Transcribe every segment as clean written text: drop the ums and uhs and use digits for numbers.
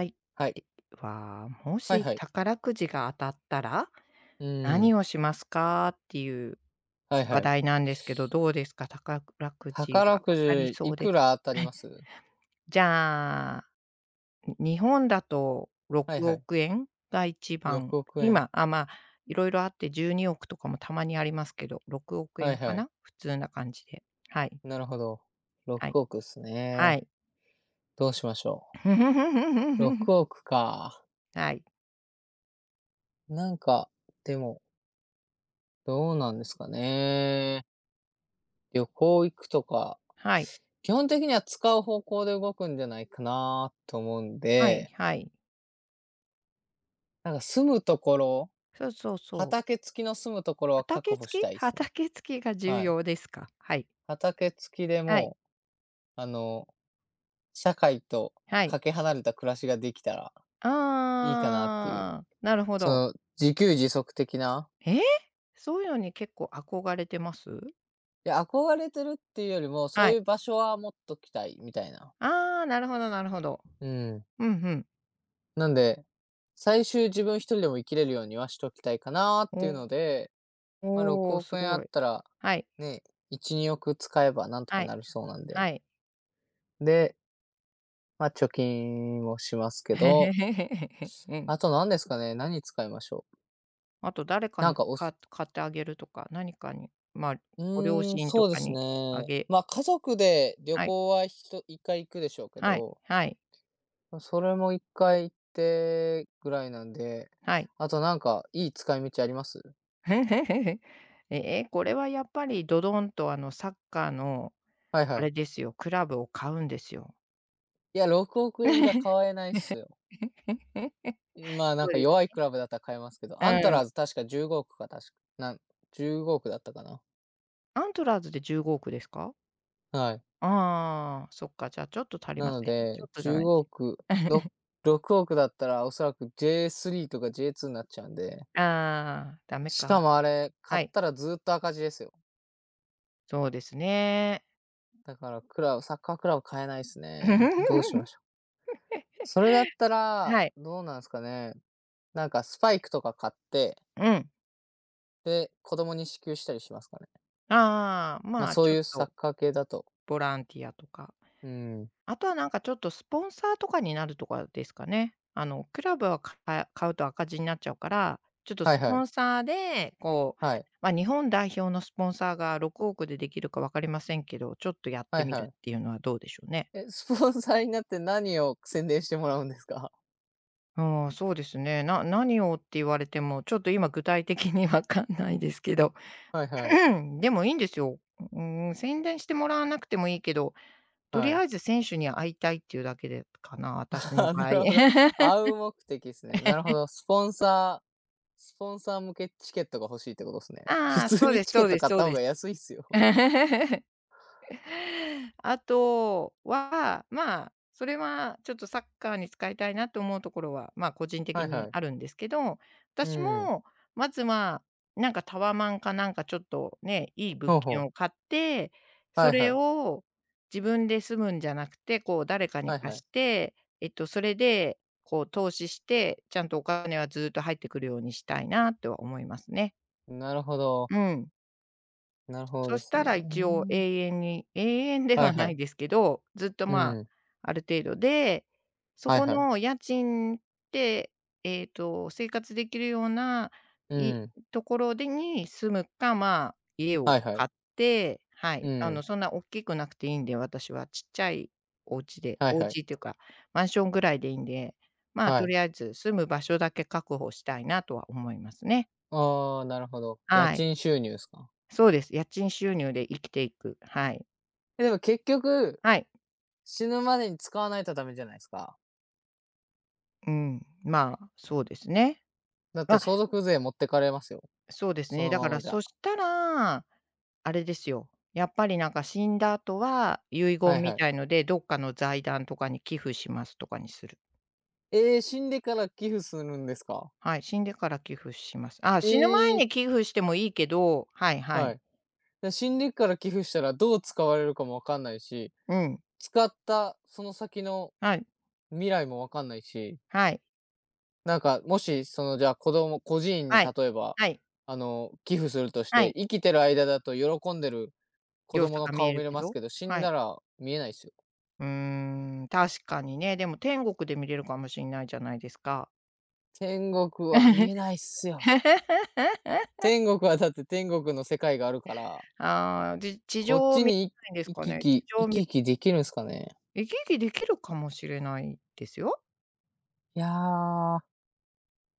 はい。はい。では、もはいしはい。宝くじが当たったらうー何ん。をしますかっていうはいは話い。題なんですけど、どうですか？宝くじ宝が当くたりじそいうでくす。ら当たり え、ます？じゃあ、日本だとはい6はい。億円が一番、6億円。今、あ、まあ、あって12億とかもたまにありますけど、6億はい円かはい。な？普通な感じで。はい、なるほど。はい、6億っすはね。い。どうしましょう。6億か。はい、なんか、でも、どうなんですかね。旅行行くとか、はい、基本的には使う方向で動くんじゃないかなと思うんはい、で、はい。なんか住むところ、そうそうそう。畑付きの住むところは畑確保し付き？たいですね。畑付きが重はい。要ですか？はい。畑付きではい、もう、あの、社会とはい。かけ離れた暮らしができたらいいかなっていう、ああ、なるほそど。の、自給自足的な、えーそういうのに結構憧れてます？いや、憧れてるっていうよりも、そはういい。う場所は持っときたいみたいな。ああ、なるほどなるほど。うん。うんうん。なんで、最終自分一人でも生きれるようにはしときたいかなっていうのおで、まあ、6おー、す億円あごっい。たら、はい、ね、1、2億使えばなんとはかい、なりそうなんで。はい。で、まあ、貯金もしますけど、うん。あと何ですかね、何使いましょう。あと誰かなんにかか買ってあげるとか、何かに、まあ、うご両親とそうでかすにあね。げまあ家族で旅はい、行は一回行くでしょうけはい、ど、はい、ま、それも一回行ってぐらいなんで、はい。あとなんかいい使い道あります？へんへんへんへんええ、これはやっぱりドドンとあのサッカーのはいあはれい。ですよ、クラブを買うんですよ。いや、6億円じゃ 買えないっすよ。まあ、なんそうかです。弱いクラブだったら買えますけど、うアントん。ラーズ確か15億か、確かなん15億だったかな。アントラーズで15億ですか？はい。ああ、そっか、じゃあちょっと足りなませのんね。ちょで、っとじゃな15いし。億、ろ 6億だったらおそらく J3 とか J2 になっちゃうんで、ああ、ダメしかか。もあれ、買はっい、たらずっと赤字ですよ。そうですね。だからクラブサッカークラブ買えないですね。どうしましょ う。それだったら、はい。どうなんですかね。なんかスパイクとか買って、うん。で、子供に支給したりしますかね。ああ、まあ、まあ、そちうょっいうサッとカー系だと。ボランティアとか。うん。あとはなんかちょっとスポンサーとかになるとかですかね。あの、クラブは買うと赤字になっちゃうから、ちょっとはいスはポい。ンサーで、こう、はい。まあ、日本代表のスポンサーが6億でできるか分かりませんけど、ちょっとやっはていみるっはてい。いうのはどうでしょうね。え、スポンサーになって何を宣伝してもらうんですか？うん、そうですね。何をって言われても、ちょっと今具体的に分かんないですけど、はいはい。でもいいんですよ。うん、宣伝してもらわなくてもいいけど、とりはい。あえず選手に会いたいっていうだけでかな、私 のあな場合。るほど。会う目的ですね。なるほど。スポンサー向けチケットが欲しいってことですね。普ああ、通そうにですチケそッうでトす買っそうた方でがす。安いっすよ。あとは、まあ、それはちょっとサッカーに使いたいなと思うところは、まあ、個人 的はいにはあるい。んですけど、う私ん。もまずは、なんかタワマンかなんかちょっとね、いい物ほう件ほをう。買って、はそいれはい。を自分で住むんじゃなくて、こう誰かにはいは貸い。して、それでこう投資して、ちゃんとお金はずっと入ってくるようにしたいなとは思いますね。なるほど。うん。なるほどそでしすたね。ら一応ー永遠ではいははないい。ですけど、ずっと、うまあ、ん。ある程度で、そはいこはい。の家賃で、生活できるような、ういん。ところでに住むか、まあ、家をはいは買い。って、はうい、あの、ん。そんなおっきくなくていいんで、私はちっちゃいお家で、はいおはい。家っていうか、マンションぐらいでいいんで、まあ、はとい。りあえず住む場所だけ確保したいなとは思いますね。ああ、なるほど。家はい、賃収入ですか。そうです。家賃収入で生きていく、はい。え、でも結局、はい。死ぬまでに使わないとダメじゃないですか。うん、まあ、そうですね。だっまて相あ、続税持ってかれますよ。そうですそね。のだまからまじそゃ。したら、あれですよ、やっぱりなんか死んだ後は、遺は言いはみい。たいので、どっかの財団とかに寄付しますとかにする。ええ、死んでから寄付するんですか？はい、死んでから寄付します。あ、え死ぬ前え、に寄付してもいいけど、はいはい。はい。で、死んでから寄付したらどう使われるかもわかんないし、うん。使ったその先のはい、未来もわかんないしはい、なんか、もし、じゃあ、子供孤児院には例い、えば、はい、寄付するとしはて、い。生きてる間だと喜んでる子様供子のが見顔え見るれけますど、けど、死んはい。だら見えないっすよ。うーん、確かにね、でも天国で見れるかもしれないじゃないですか。天国は見えないっすよ。天国はだって天国の世界があるから、ああ、地こっ上をち見れにないんです行かきね。地来上を行見き来できるんすかね？息継ぎできるかもしれないですよ。いやー、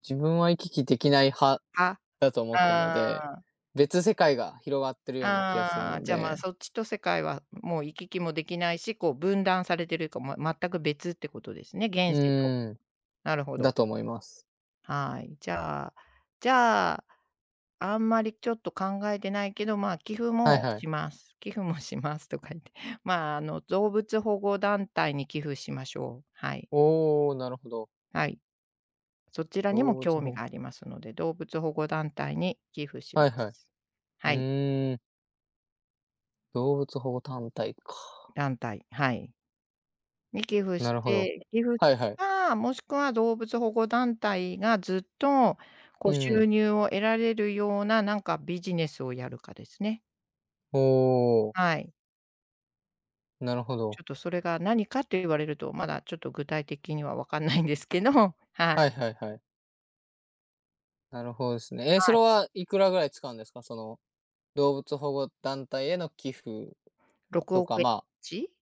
自分は行き来できない派あ、だと思ってるのあで、あ、別世界が広がってるような気がするああ、のじゃあ、まあ、で、そっちと世界はもう行き来もできないし、こう分断されてるか、ま全く別ってことですね、う現世と。ーん、なるほだど。と思います。はい。じゃあ、あんまりちょっと考えてないけど、まあ、寄付はいもはい。します。寄付もしますとか言って、まあ、あの、動物保護団体に寄付しましょう。はい。おお、なるほど。はい。そちらにも動興物味保が護ありますので、動物保護団体に寄付しまはいはい。す。うはい、ーん、動物保護団体か。団体、はい。に寄付なしるほど。て、寄付はいはい。か、もしくは動物保護団体がずっと、こうう収ん。入を得られるような、なんかビジネスをやるかですね。おお、はい。なるほちど。ょっとそれが何かと言われると、まだちょっと具体的には分かんないんですけど、はいははいはいはい。なるほどですね。それい。はいくらぐらい使うんですか？動物保護団体への寄付6と億か、円まあ、ち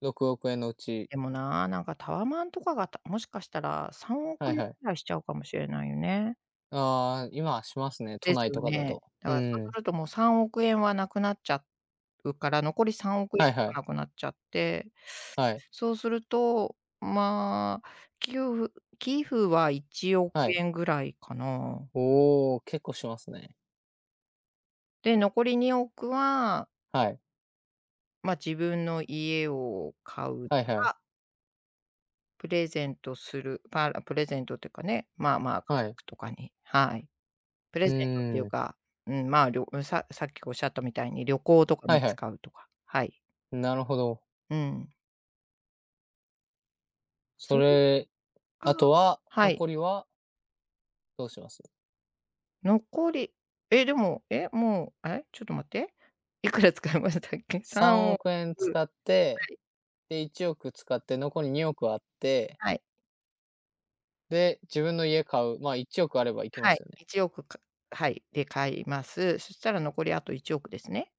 6億円のうちでもな、なんかタワマンとかが、もしかしたら3は億い円はぐい。らいしちゃうかもしれないよね。ああ、今はしますね、都です内よとかだね。と。だうからそうん。するともう3億円はなくなっちゃうから、残り3億円はいしはかい。なくなっちゃって、はい。そうすると、まあ、きゅうふ寄付は1億はい。円ぐらいかな。おお、結構しますね。で、残り2億は、はい。まあ、自分の家を買うはいはい。か、プレゼントする、プレゼントっていうかね、まあまあ、家はい。族とかに、はい。プレうゼントっていうーん。か、うん、まあ、りょささっきおっしゃったみたいに旅行とかはにいはい。使うとか、はい。なるほど。うん。そそれれかあとは、はい、残りはどうします残りえ、でも、え、もう、え、ちょっと待って、いくら使いましたっけ？3？3億、億円は使って、いで、1億使って残り2億あって、はい、で、自分の家買う、まあ、1億あればいけまはすい、よね。1億かはい、で買います。そしたら残りあと1億ですね。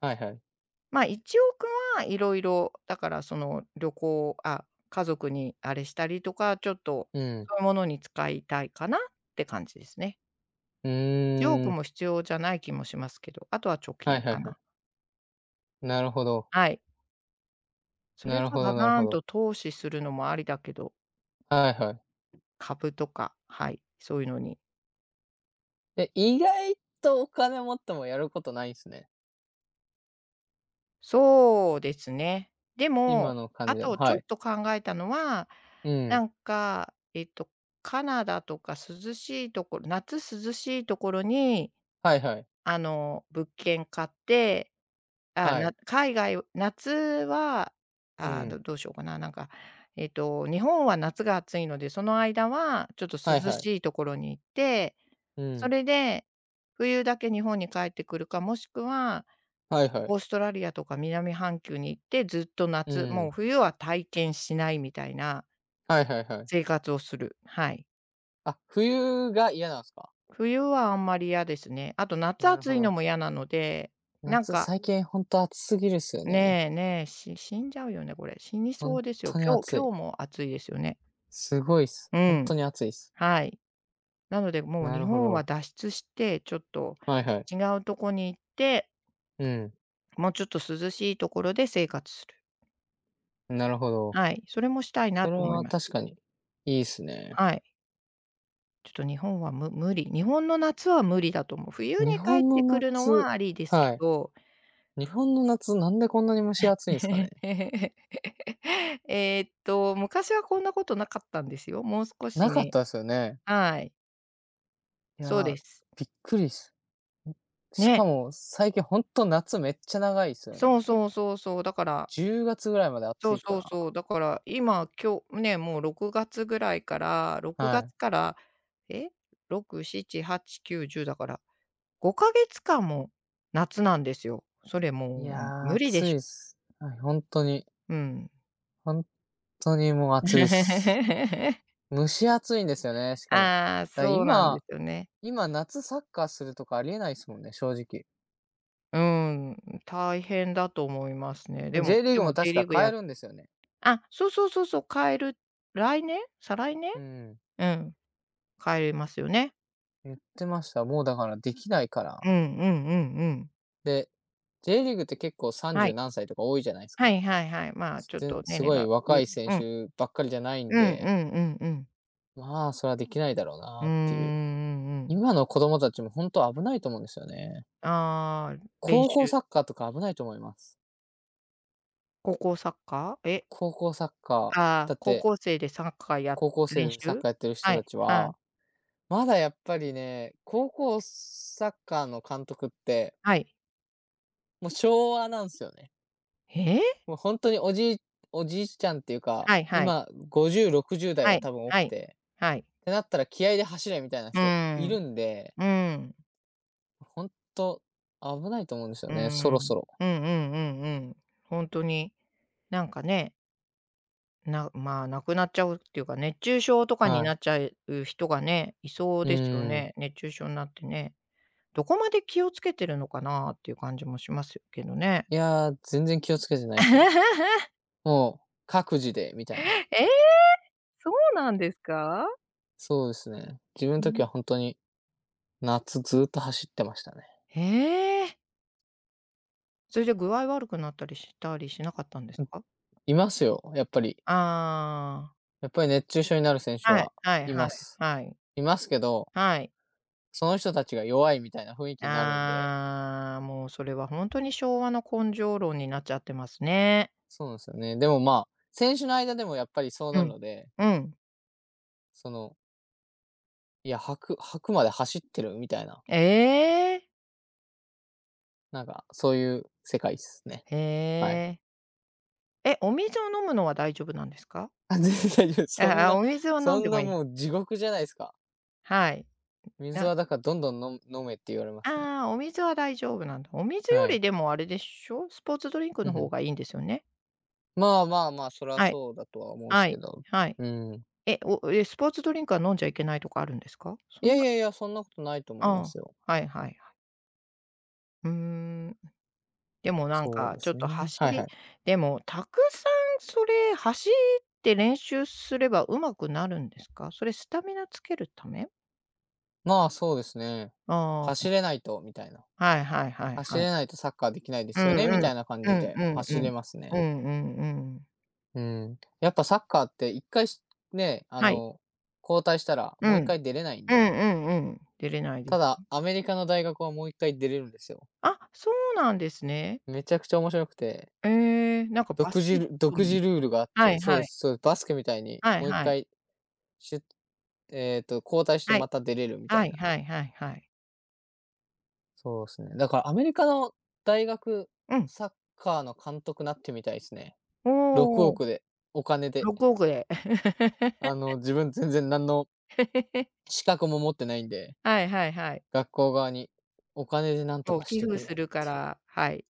はいはい。まあ、1億はいろいろ、だからその旅行あ、家族にあれしたりとか、ちょっとうん。そういうものに使いたいかなって感じですね。う1ー億ん。も必要じゃない気もしますけど、あとは貯はい金はいかはな。い。なるほど。はい。そなれるかほバどなるバーほンとど。投資するのもありだけど、はいはい。株とか、はい、そういうのに。え、意外とお金持ってもやることないんすね。そうですね。で今も、の感あじだと、とちょっはい。と考えたのは、うなん。んか、カナダとか涼しいところ夏涼しいところに、はいはい。あの、物件買ってあ、はい。海外を夏は、うあの、ん。どうしようかな、なんか、日本は夏が暑いので、その間はちょっとはい涼はい。しいところに行って、うそん。れで冬だけ日本に帰ってくるか、もしくははいはい。オーストラリアとか南半球に行って、ずっとう夏、もうん。冬は体験しないみたいなはいはいはい。生活をする。はい。あ、冬が嫌なんすか？冬はあんまり嫌ですね。あと夏なる暑ほいのど。も嫌なので、なん夏、か最近ほんと暑すぎるっすよね。ねえねえ、死んじゃうよね、これ。死にほそんうですよ。とに暑い。今日も暑いですよね。すごいっす。うほんとん、に暑いっす。はい。なので、もうな日るほ本はど。脱出して、ちょっとはいはい。違うとこに行って、うん。もうちょっと涼しいところで生活する。なるほど。はい、それもしたいなそれと思いはます。確かに、いいっすね。はい。ちょっと日本は無理。日本の夏は無理だと思う。冬日に帰っ本てのくるのは夏ありですけはい。ど。日本の夏、なんでこんなに蒸し暑いんすかね？昔はこんなことなかったんですよ。もう少しなかっねたですよね。はい、いそうや、です。びっくりっす。ん、しかね。も最近ほんと夏めっちゃ長いっすよね。そうそうそうそう、だから10月ぐらいまでそ暑ういかそうそら。う、だから今、今日ね、もう6月ぐらいから6は月から、え、6、7、8、9、10だから、5か月間も夏なんですよ。それい。いもうや、無理で暑しいょ。っす。はい、ほんとに。うん。ほん当にもう暑いっす。蒸し暑いんですよね、しかも。ああ、だ、そうなんで今すよね。今、夏サッカーするとかありえないですもんね、正直。うん、大変だと思いますね。でも J リーでグも も J 確リーかグ変やえるんですよね。あ、そうそうそうそう、変える来年？再来年？うん、うん、変えれますよね。言ってました。もうだからできないから。うんうんうんうん。で、J リーグって結構は30い。何歳とか多いじゃないですはか。いはいはい。まあ、ちょっと年す齢ごいが若い選うん。手ばっかりじゃないんうんうで、んうんうん。まあ、それはできないだろううーなん、うっていう。んうん。今の子供たちも本当危ないと思うんですよね。ああ、練高校習。サッカーとか危ないと思います。高校サッカー？え、高校サッカー、ああ、だっ高て校生でサッカーや高校練生でサッ習？カーやってるは人い、たちはい、は、まだやっぱりね、高校サッカーの監督って、はい。もう昭和なんですよね。ええ？もう本当におじいちゃんっていうはか、いはい。今50、60代はがい、多分多はくい、て、はい。ってなったら気合で走れみたいなうー人いん、るんで、うん、本当危ないと思うんですようーん。ね、そうろそんろ。うんうんうん。ほんとに、なんかねまあ、亡くなっちゃうっていうか、熱中症とかにはない。っちゃう人がね、いそううですよーん。ね。熱中症になってね。どこまで気をつけてるのかなっていう感じもしますけどね。いやー、全然気をつけてない でえすよ。もう各自でみたいな。ーそうなんですか？そうですね。自分のう時んは本当に夏ずっと走ってましたね。へえ。それで具合悪くなったりしたりしなかったんですか？いますよ、やっぱり。あやっぱり熱中症になる選手あー、ははいいはいはまいす。はい。いますけど、はい。その人たちが弱いみたいな雰囲気になるんで、ああ、もうそれは本当に昭和の根性論になっちゃってますね。そうなんですよね。でも、まあ、選手の間でもやっぱりそううなるん。ので、うん。その、いや、吐くまで走ってるみたいな、ええ。なんかそういう世界ですね。へはい。え。え、お水を飲むのは大丈夫なんですか？あ、全然大丈夫 ああ、お水を飲んそでんもないい。もう地獄じゃないですか。はい。水なはだからどんどんの飲めって言われますね。ああ、お水は大丈夫なんだ。お水よはりい。でもあれでしょ、スポーツドリンクうのん、方ん。がいいんですよね？まあまあまあ、そらはい、そうだとは思うんではすけい、ど。はい。うん。え、え、スポーツドリンクは飲んじゃいけないとかあるんですか？そいんやいなやいや、そんなことないと思いまああ、すよ。はいはいはい。うーん。でもなんそうかでちょっすとね。走はいはりい。でもたくさんそれ走って練習すれば上手くなるんですか？それスタミナつけるため？まあ、そうですね。あ走あ、れないとみたいな。はいはいはい走はい。れないとサッカーできないでうんすよね、みうたん。いな感うじんでうん走うん。れますうね。んうんうん。うん。やっぱサッカーって一回しね、はい。交代したらうもう一ん。回出れないんうんうで、んうん。出れないでたす。だアメリカの大学はもう一回出れるんですよ。あ、そうなんですね。めちゃくちゃ面白くて、ええ、なんかバスケット独自ルールがあっはて、いそはうい。そう、バスケみたいにはいもう一はい。回しゅえっと、交代してはい。また出れるみたはいいな。はいはいはい。そうですね。だからアメリカの大学うん。サッカーの監督なってみたいですね。6おお、億で、お金で。6億で。自分全然何の 資格も持ってないんで、はいはいはい。学校側にお金で何とをかし寄て付くれすっるかていう。ら、はい、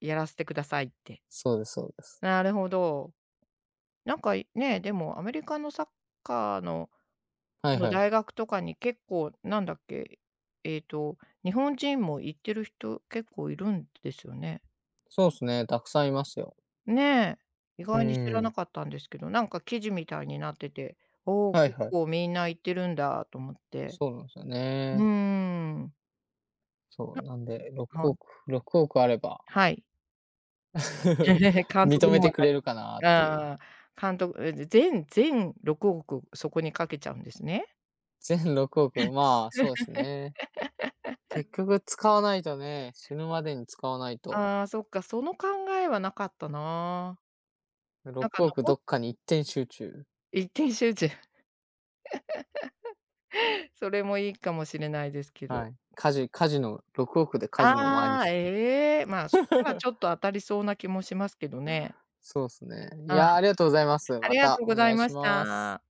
やらせてくださいって。そうですそうです。なるほど。なんか、ね、でもアメリカのサッカーの、はそいのはい。大学とかに結構なんだっけ、えっと、日本人も行ってる人結構いるんですよね。そうですね、たくさんいますよ。ねえ、意う外に知らーなん。かったんですけど、なんか記事みたいになってて、おお、はい結はい。構みんな行ってるんだと思って。そうなんですようーね。ん。そう、ななんで6はい。億、6億あれば はい。監督認にめもてなくれるかなっりていう。ああ、監督、え、全6億そこにかけちゃうんですね。全6億、まあ、そうですね。結局使わないとね、死ぬまでに使わないと。ああ、そっか、その考えはなかったな。なんか6億どっ かに一点集中。一点集中、それもいいかもしれないですけど。はい。カジノ、6億でカジノもありああ、す。ええ、まあ、そしたらちょっ と当たりそうな気もしますけどね。そうですね。いうん、やー、ありがとうございます。あまりがたとうおござ願いいましします。た。